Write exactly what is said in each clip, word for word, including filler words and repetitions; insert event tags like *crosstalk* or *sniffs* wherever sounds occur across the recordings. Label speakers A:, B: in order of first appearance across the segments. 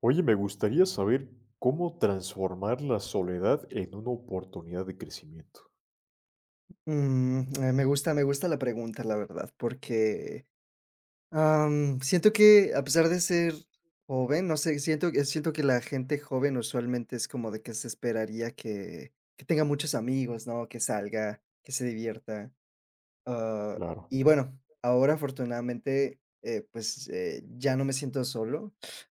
A: Oye, me gustaría saber cómo transformar la soledad en una oportunidad de crecimiento.
B: Mm, eh, me gusta, me gusta la pregunta, la verdad, porque, am, siento que a pesar de ser joven, no sé, siento que siento que la gente joven usualmente es como de que se esperaría que que tenga muchos amigos, ¿no? Que salga, que se divierta. ah,
A: Claro,
B: y bueno, ahora afortunadamente, eh, pues, eh, ya no me siento solo.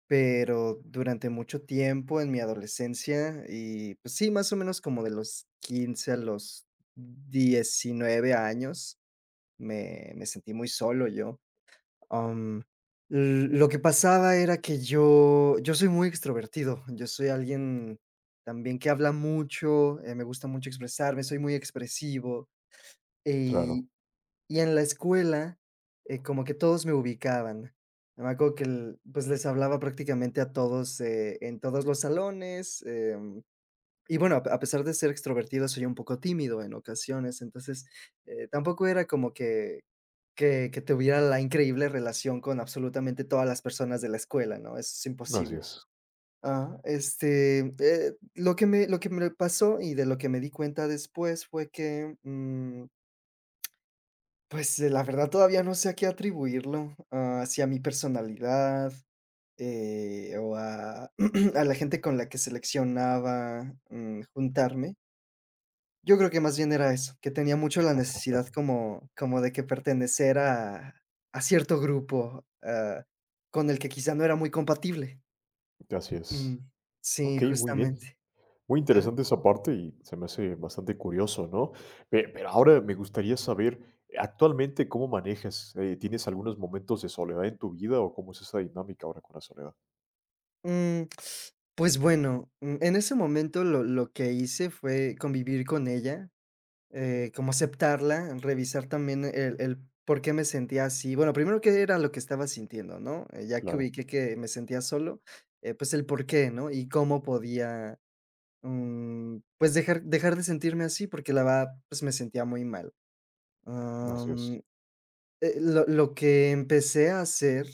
B: Pero durante mucho tiempo en mi adolescencia y, pues sí, más o menos como de los quince a los diecinueve años, me me sentí muy solo yo. Am, l Lo que pasaba era que yo yo soy muy extrovertido, yo soy alguien también que habla mucho, eh, me gusta mucho expresarme, soy muy expresivo,
A: claro,
B: y en la escuela, eh, como que todos me ubicaban. Me acuerdo que el pues, les hablaba prácticamente a todos, eh, en todos los salones. Em, y bueno, a a pesar de ser extrovertido, soy un poco tímido en ocasiones, entonces, eh, tampoco era como que que que tuviera la increíble relación con absolutamente todas las personas de la escuela, ¿no? Eso es
A: así
B: imposible.
A: es,
B: Ajá. Este, eh, lo que me lo que me pasó y de lo que me di cuenta después fue que, mm pues, eh, la verdad todavía no sé a qué atribuirlo, ah, si a mi personalidad, eh, o a *clears throat* a la gente con la que seleccionaba, mm, juntarme. Yo creo que más bien era eso, que tenía mucho la necesidad como como de que pertenecer a a cierto grupo, ah, con el que quizá no era muy compatible.
A: así
B: Mm,
A: es.
B: sí,
A: Ok, muy bien.
B: justamente.
A: Muy
B: Ajá.
A: interesante esa parte y se me hace bastante curioso, ¿no? Pe- Pero ahora me gustaría saber, eh, actualmente, ¿cómo manejas? Eh, ¿Tienes algunos momentos de soledad en tu vida o cómo es esa dinámica ahora con la soledad?
B: Mm, *sniffs* pues bueno, mm, en ese momento lo lo que hice fue convivir con ella. Eh, como aceptarla, revisar también el el por qué me sentía así. Bueno, primero, qué era lo que estaba sintiendo, ¿no? Eh, ya que
A: Claro,
B: ubiqué que me sentía solo, eh, pues, el por qué, ¿no? Y cómo podía, mm, pues, dejar dejar de sentirme así, porque la verdad, pues, me sentía muy mal.
A: así es.
B: Am, eh, lo lo que empecé a hacer,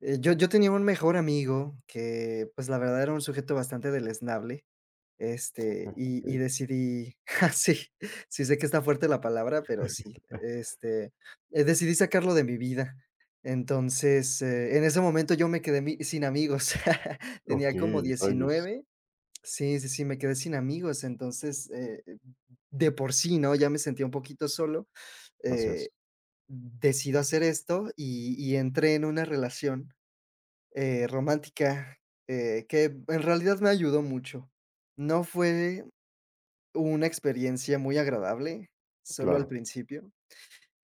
B: eh, yo yo tenía un mejor amigo que, pues, la verdad era un sujeto bastante deleznable. Este, y y
A: Ok, *laughs*
B: decidí *laughs* ja, sí, sí sé que está fuerte la palabra, pero sí.
A: eh,
B: Este, eh, decidí sacarlo de mi vida. Entonces, eh, en ese momento yo me quedé mi sin amigos. *laughs*
A: Ok,
B: Tenía como
A: rayos,
B: diecinueve. Sí, sí, sí, me quedé sin amigos. Entonces, eh, de por sí, ¿no? Ya me sentía un poquito solo.
A: así es.
B: eh, Decido hacer esto y y entré en una relación, eh, romántica, eh, que en realidad me ayudó mucho. No fue una experiencia muy agradable, solo
A: Claro,
B: al principio.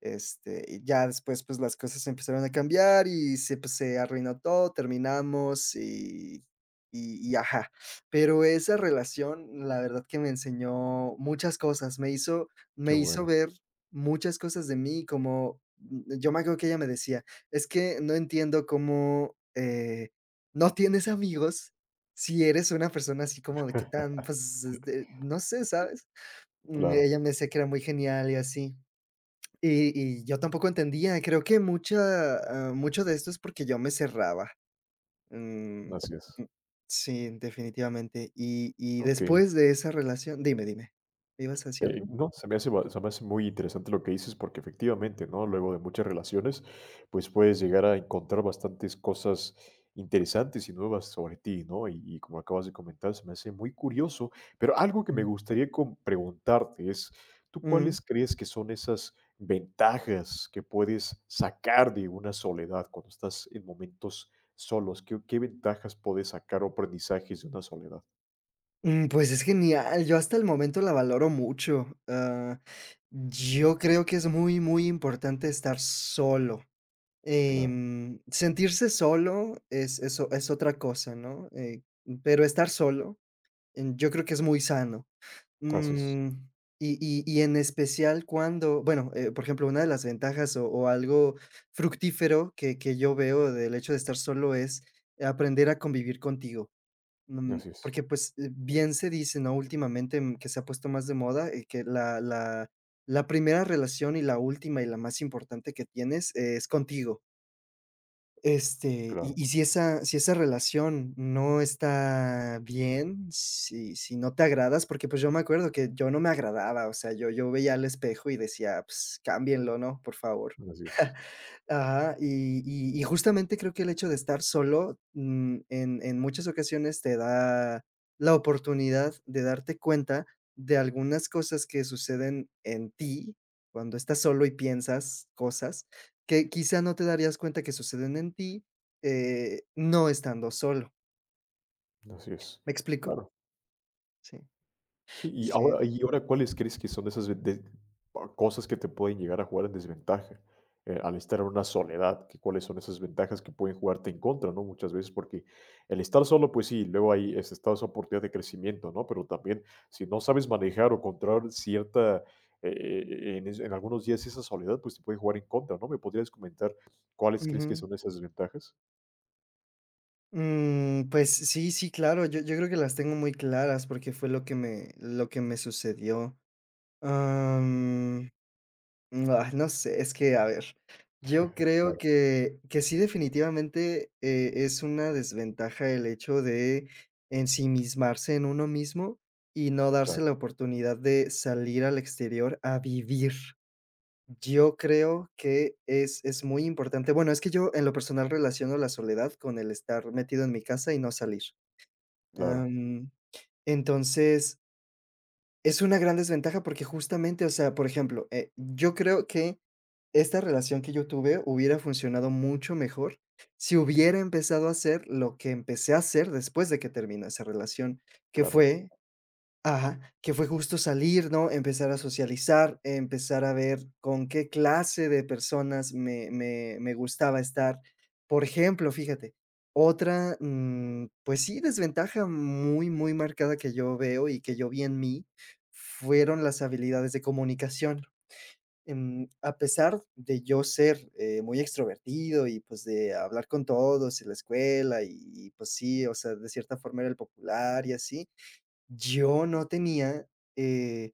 B: este, y Ya después, pues, las cosas empezaron a cambiar y se, pues, se arruinó todo, terminamos y y y ajá. Pero esa relación, la verdad que me enseñó muchas cosas, me hizo
A: qué
B: me hizo
A: bueno,
B: ver muchas cosas de mí, como, mm, yo me acuerdo que ella me decía: "Es que no entiendo cómo, eh, no tienes amigos si eres una persona así como de que tan, pues, de no sé, ¿sabes?" Mm,
A: claro,
B: ella me decía que era muy genial y así. Y y yo tampoco entendía, creo que mucha ah, mucho de esto es porque yo me cerraba. Mm,
A: así es.
B: mm, sí, definitivamente. Y y
A: Ok.
B: después de esa relación dime, dime, ¿me ibas a decir
A: Eh,
B: algo?
A: no, se me hace, ba- se me hace muy interesante lo que dices porque efectivamente, ¿no? Luego de muchas relaciones, pues puedes llegar a encontrar bastantes cosas interesantes y nuevas sobre ti, ¿no? Y, y como acabas de comentar, se me hace muy curioso, pero algo que me
B: Mm,
A: gustaría com- preguntarte es, ¿tú
B: mm,
A: cuáles crees que son esas ventajas que puedes sacar de una soledad cuando estás en momentos solos? ¿Qué, qué ventajas puedes sacar o aprendizajes de una soledad?
B: mm, pues es genial, yo hasta el momento la valoro mucho. Ah, yo creo que es muy, muy importante estar solo.
A: Claro,
B: Em, sentirse solo es eso es otra cosa, ¿no? Eh, pero estar solo. Mm, yo creo que es muy sano.
A: así es,
B: Mm, y y y en especial cuando, bueno, eh, por ejemplo, una de las ventajas o o algo fructífero que que yo veo del hecho de estar solo es aprender a convivir contigo. Mm,
A: así es,
B: porque, pues, eh, bien se dice, ¿no? Últimamente, mm, que se ha puesto más de moda, eh, que la la la primera relación y la última y la más importante que tienes eh, es contigo. Este, y
A: claro,
B: y si esa si esa relación no está bien, si si no te agradas, porque, pues, yo me acuerdo que yo no me agradaba, o sea, yo yo veía al espejo y decía: "Pues, cámbienlo, ¿no? Por favor".
A: así es.
B: Ajá, y y y justamente creo que el hecho de estar solo, mm, en en muchas ocasiones te da la oportunidad de darte cuenta de algunas cosas que suceden en ti cuando estás solo y piensas cosas que quizá no te darías cuenta que suceden en ti, eh, no estando solo,
A: Así es,
B: ¿me explico?
A: claro.
B: Sí,
A: Sí, y
B: sí,
A: ahora y ahora, ¿cuáles crees que son esas ven- de pa cosas que te pueden llegar a jugar en desventaja, eh, al estar en una soledad? ¿Qué cuáles son esas ventajas que pueden jugarte en contra, no? Muchas veces, porque el estar solo, pues sí, luego ahí, es está esa oportunidad de crecimiento, ¿no? Pero también, si no sabes manejar o controlar cierta, eh eh eh, en es en algunos días esa soledad, pues, te puede jugar en contra, ¿no? ¿Me podrías comentar cuáles crees que
B: ujú.
A: son esas ventajas?
B: Mm, pues sí, sí, claro, yo yo creo que las tengo muy claras porque fue lo que me lo que me sucedió. Mm, ah, no sé, es que, a ver, yo creo
A: Claro,
B: que que sí, definitivamente, eh, es una desventaja el hecho de ensimismarse en uno mismo y no darse
A: claro,
B: la oportunidad de salir al exterior a vivir. Yo creo que es es muy importante. Bueno, es que yo, en lo personal, relaciono la soledad con el estar metido en mi casa y no salir.
A: claro,
B: Am, entonces es una gran desventaja porque justamente, o sea, por ejemplo, eh, yo creo que esta relación que yo tuve hubiera funcionado mucho mejor si hubiera empezado a hacer lo que empecé a hacer después de que terminó esa relación, que
A: claro,
B: fue. Ajá, que fue justo salir, ¿no? Empezar a socializar, empezar a ver con qué clase de personas me me me gustaba estar. Por ejemplo, fíjate, otra, mm, pues sí, desventaja muy, muy marcada que yo veo y que yo vi en mí, fueron las habilidades de comunicación. Em, a pesar de yo ser, eh, muy extrovertido y, pues, de hablar con todos en la escuela y y, pues sí, o sea, de cierta forma era el popular y así. Yo no tenía, eh,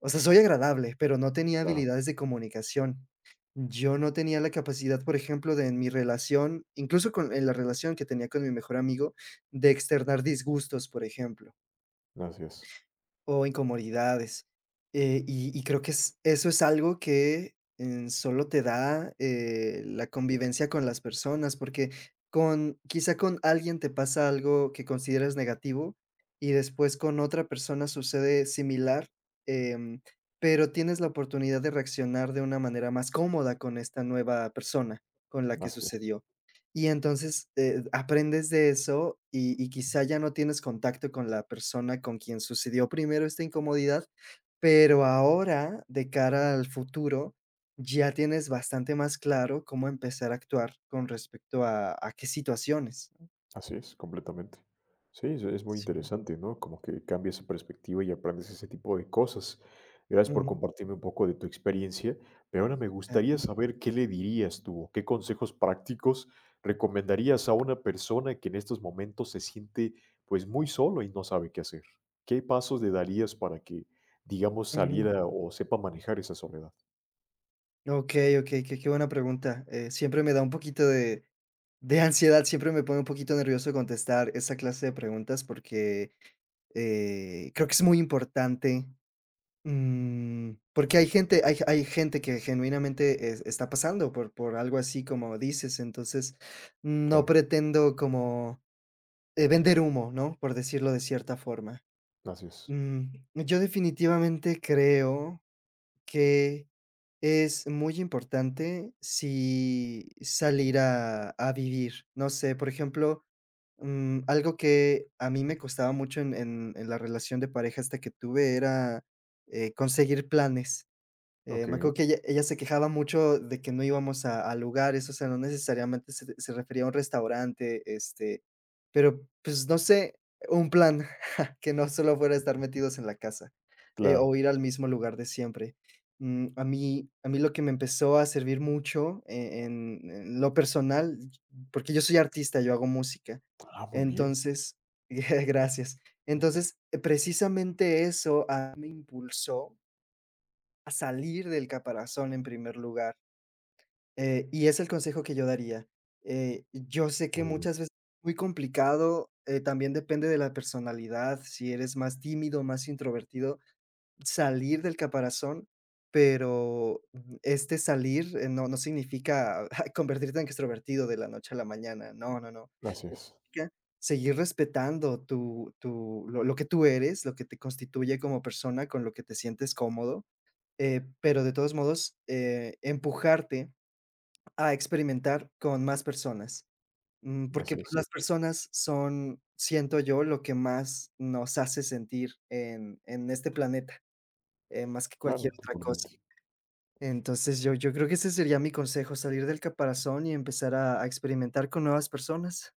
B: o sea, soy agradable, pero no tenía
A: claro.
B: habilidades de comunicación. Yo no tenía la capacidad, por ejemplo, de en mi relación, incluso con en la relación que tenía con mi mejor amigo, de externar disgustos, por ejemplo.
A: Así es,
B: O incomodidades. Eh, y y creo que es eso es algo que, mm, solo te da, eh, la convivencia con las personas, porque con quizá con alguien te pasa algo que consideras negativo, y después con otra persona sucede similar, em, pero tienes la oportunidad de reaccionar de una manera más cómoda con esta nueva persona con la que
A: así es.
B: sucedió. Y entonces, eh, aprendes de eso y y quizá ya no tienes contacto con la persona con quien sucedió primero esta incomodidad, pero ahora, de cara al futuro, ya tienes bastante más claro cómo empezar a actuar con respecto a a qué situaciones, ¿no?
A: Así es, completamente. Sí, es es muy
B: Sí.
A: interesante, ¿no? Como que cambia esa perspectiva y aprendes ese tipo de cosas. Gracias por
B: Ujú,
A: compartirme un poco de tu experiencia, pero ahora me
B: a
A: gustaría
B: ti.
A: saber qué le dirías tú, o qué consejos prácticos recomendarías a una persona que en estos momentos se siente pues muy solo y no sabe qué hacer. ¿Qué pasos le darías para que, digamos,
B: Ujú.
A: saliera o sepa manejar esa soledad?
B: Okey, okey, qué qué buena pregunta. Eh, siempre me da un poquito de de ansiedad, siempre me pone un poquito nervioso contestar esa clase de preguntas porque. Eh, creo que es muy importante, mm, porque hay gente hay hay gente que genuinamente es está pasando por por algo así como dices, entonces, no
A: Claro,
B: pretendo como, eh, vender humo, ¿no?, por decirlo de cierta forma.
A: así es.
B: Mm, yo definitivamente creo que es muy importante si salir a a vivir. No sé, por ejemplo. Mm, algo que a mí me costaba mucho en en en la relación de pareja hasta que tuve era, eh, conseguir planes. Eh,
A: Ok,
B: me acuerdo que ella ella se quejaba mucho de que no íbamos a a lugares, o sea, no necesariamente se se refería a un restaurante, este, pero, pues, no sé, un plan. Que no solo fuera estar metidos en la casa, eh, o
A: claro.
B: ir al mismo lugar de siempre. Mm, a mí a mí lo que me empezó a servir mucho e en en lo personal, porque yo soy artista, yo hago música.
A: Ah, muy bien,
B: Entonces *laughs* gracias. Entonces, eh, precisamente eso, ah, me impulsó a salir del caparazón en primer lugar. Eh, y es el consejo que yo daría. Eh, yo sé que
A: muy bien.
B: muchas veces es muy complicado, eh, también depende de la personalidad, si eres más tímido, más introvertido, salir del caparazón, pero mm, este salir, eh, no no significa *laughs* convertirte en extrovertido de la noche a la mañana, no, no, no.
A: Gracias.
B: Significa seguir respetando tu tu lo lo que tú eres, lo que te constituye como persona, con lo que te sientes cómodo, eh, pero de todos modos, eh, empujarte a experimentar con más personas, mm,
A: Es,
B: porque,
A: así
B: pues, las
A: es.
B: personas son, siento yo, lo que más nos hace sentir en en este planeta, eh, más que cualquier
A: Claro,
B: otra cosa.
A: totalmente.
B: Entonces, yo yo creo que ese sería mi consejo, salir del caparazón y empezar a a experimentar con nuevas personas.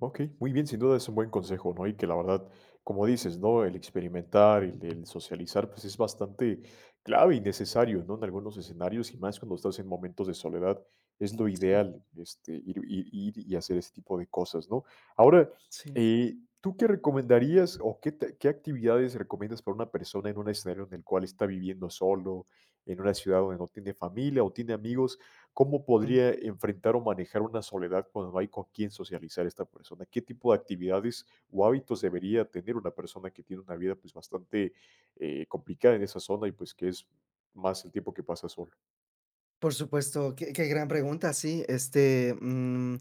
A: Ok, muy bien, sin duda es un buen consejo, ¿no? Y que la verdad, como dices, ¿no? El experimentar, el, el socializar, pues es bastante clave y necesario, ¿no? En algunos escenarios y más cuando estás en momentos de soledad, es lo
B: Sí,
A: ideal, este, ir, ir- ir y hacer ese tipo de cosas, ¿no? Ahora,
B: sí.
A: eh, ¿tú qué recomendarías o qué, te- qué actividades recomiendas para una persona en un escenario en el cual está viviendo solo, en una ciudad donde no tiene familia o tiene amigos? ¿Cómo podría enfrentar o manejar una soledad cuando no hay con quién socializar esta persona? ¿Qué tipo de actividades o hábitos debería tener una persona que tiene una vida pues bastante eh, complicada en esa zona y pues que es más el tiempo que pasa solo?
B: Por supuesto, qué qué gran pregunta, sí, este, mm,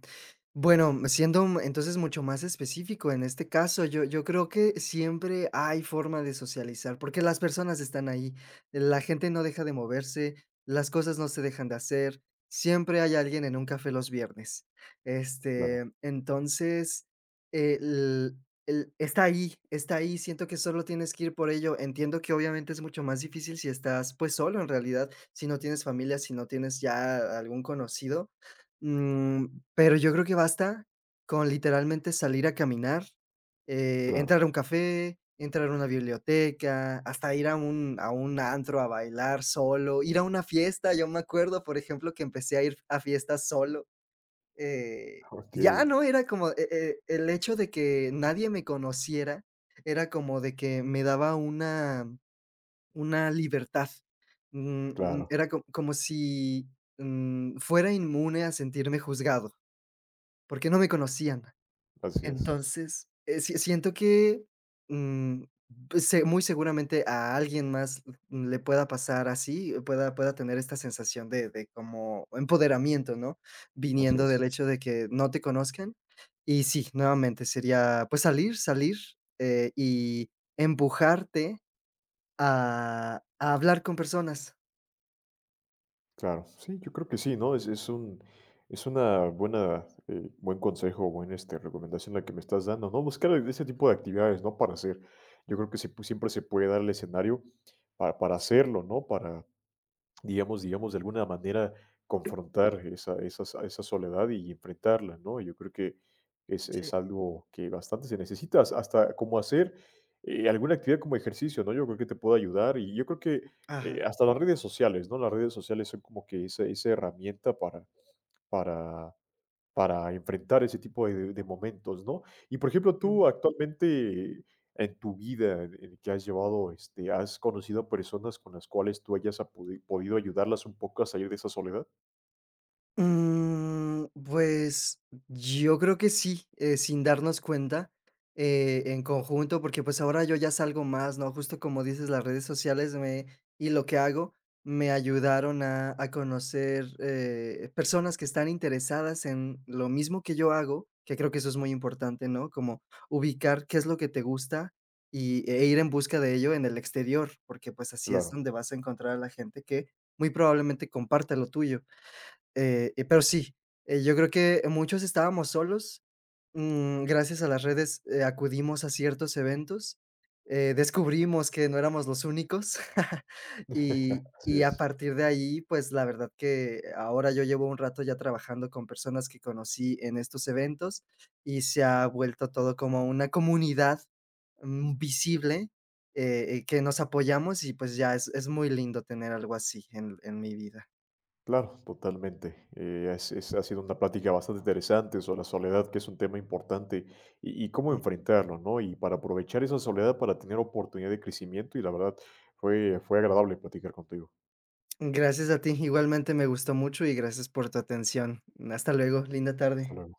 B: bueno, siendo, mm, entonces mucho más específico en este caso, yo yo creo que siempre hay forma de socializar, porque las personas están ahí, la gente no deja de moverse, las cosas no se dejan de hacer, siempre hay alguien en un café los viernes.
A: Claro,
B: Este, entonces, eh, el el está ahí, está ahí, siento que solo tienes que ir por ello. Entiendo que obviamente es mucho más difícil si estás, pues, solo en realidad si no tienes familia, si no tienes ya algún conocido, mm, pero yo creo que basta con literalmente salir a caminar, eh,
A: claro,
B: entrar a un café, entrar a una biblioteca, hasta ir a un a un antro a bailar solo, ir a una fiesta. Yo me acuerdo, por ejemplo, que empecé a ir a fiestas solo, eh,
A: ok,
B: ya, ¿no? Era como, eh eh, el hecho de que nadie me conociera, era como de que me daba una una libertad. Mm, mm,
A: claro,
B: Era co como si, mm, fuera inmune a sentirme juzgado, porque no me conocían.
A: así es,
B: Entonces, eh, si siento que, mm, pues, se muy seguramente a alguien más mm, le pueda pasar así, eh, pueda pueda tener esta sensación de de como empoderamiento, ¿no?
A: así
B: Viniendo del
A: es.
B: hecho de que no te conozcan. Y sí, nuevamente sería, pues, salir salir, eh, y empujarte a a hablar con personas.
A: Claro, sí, yo creo que sí, ¿no? Es, es un, es una buena, eh, buen consejo, buena este, recomendación la que me estás dando, ¿no? Buscar ese tipo de actividades, ¿no? Para hacer. Yo creo que se pu- siempre se puede dar el escenario para, para
B: Sí,
A: hacerlo, ¿no? Para, digamos digamos, de alguna manera confrontar esa esa so esa soledad y enfrentarla, ¿no? Yo creo que es
B: sí.
A: es algo que bastante se necesita, has hasta como hacer, eh, alguna actividad como ejercicio, ¿no? Yo creo que te puede ayudar y yo creo que, eh,
B: Ajá.
A: hasta las redes sociales, ¿no? Las redes sociales son como que esa esa herramienta para para para enfrentar ese tipo de de momentos, ¿no? Y, por ejemplo, tú actualmente, en tu vida, en en que has llevado, este, ¿has conocido personas con las cuales tú hayas a podi podido ayudarlas un poco a salir de esa soledad?
B: Mm, pues yo creo que sí, eh, sin darnos cuenta, eh, en conjunto, porque pues ahora yo ya salgo más, ¿no? Justo como dices, las redes sociales me, y lo que hago me ayudaron a, a conocer eh, personas que están interesadas en lo mismo que yo hago, que creo que eso es muy importante, ¿no? Como ubicar qué es lo que te gusta y, e ir en busca de ello en el exterior, porque pues así es
A: Claro.
B: donde vas a encontrar a la gente que muy probablemente comparta lo tuyo. Eh, eh, pero sí, eh, yo creo que muchos estábamos solos, mm, gracias a las redes, eh, acudimos a ciertos eventos, eh, descubrimos que no éramos los únicos, *laughs*
A: *laughs*
B: y
A: Así
B: y a
A: es.
B: partir de ahí, pues, la verdad que ahora yo llevo un rato ya trabajando con personas que conocí en estos eventos, y se ha vuelto todo como una comunidad, mm, visible, eh, eh, que nos apoyamos y, pues, ya es es muy lindo tener algo así en en mi vida.
A: Claro, totalmente. Eh, es es ha sido una plática bastante interesante sobre la soledad, que es un tema importante, y y cómo enfrentarlo, ¿no? Y para aprovechar esa soledad para tener oportunidad de crecimiento, y la verdad fue fue agradable platicar contigo.
B: Gracias a ti, igualmente me gustó mucho y gracias por tu atención. Hasta luego, linda
A: Hasta
B: tarde.
A: luego.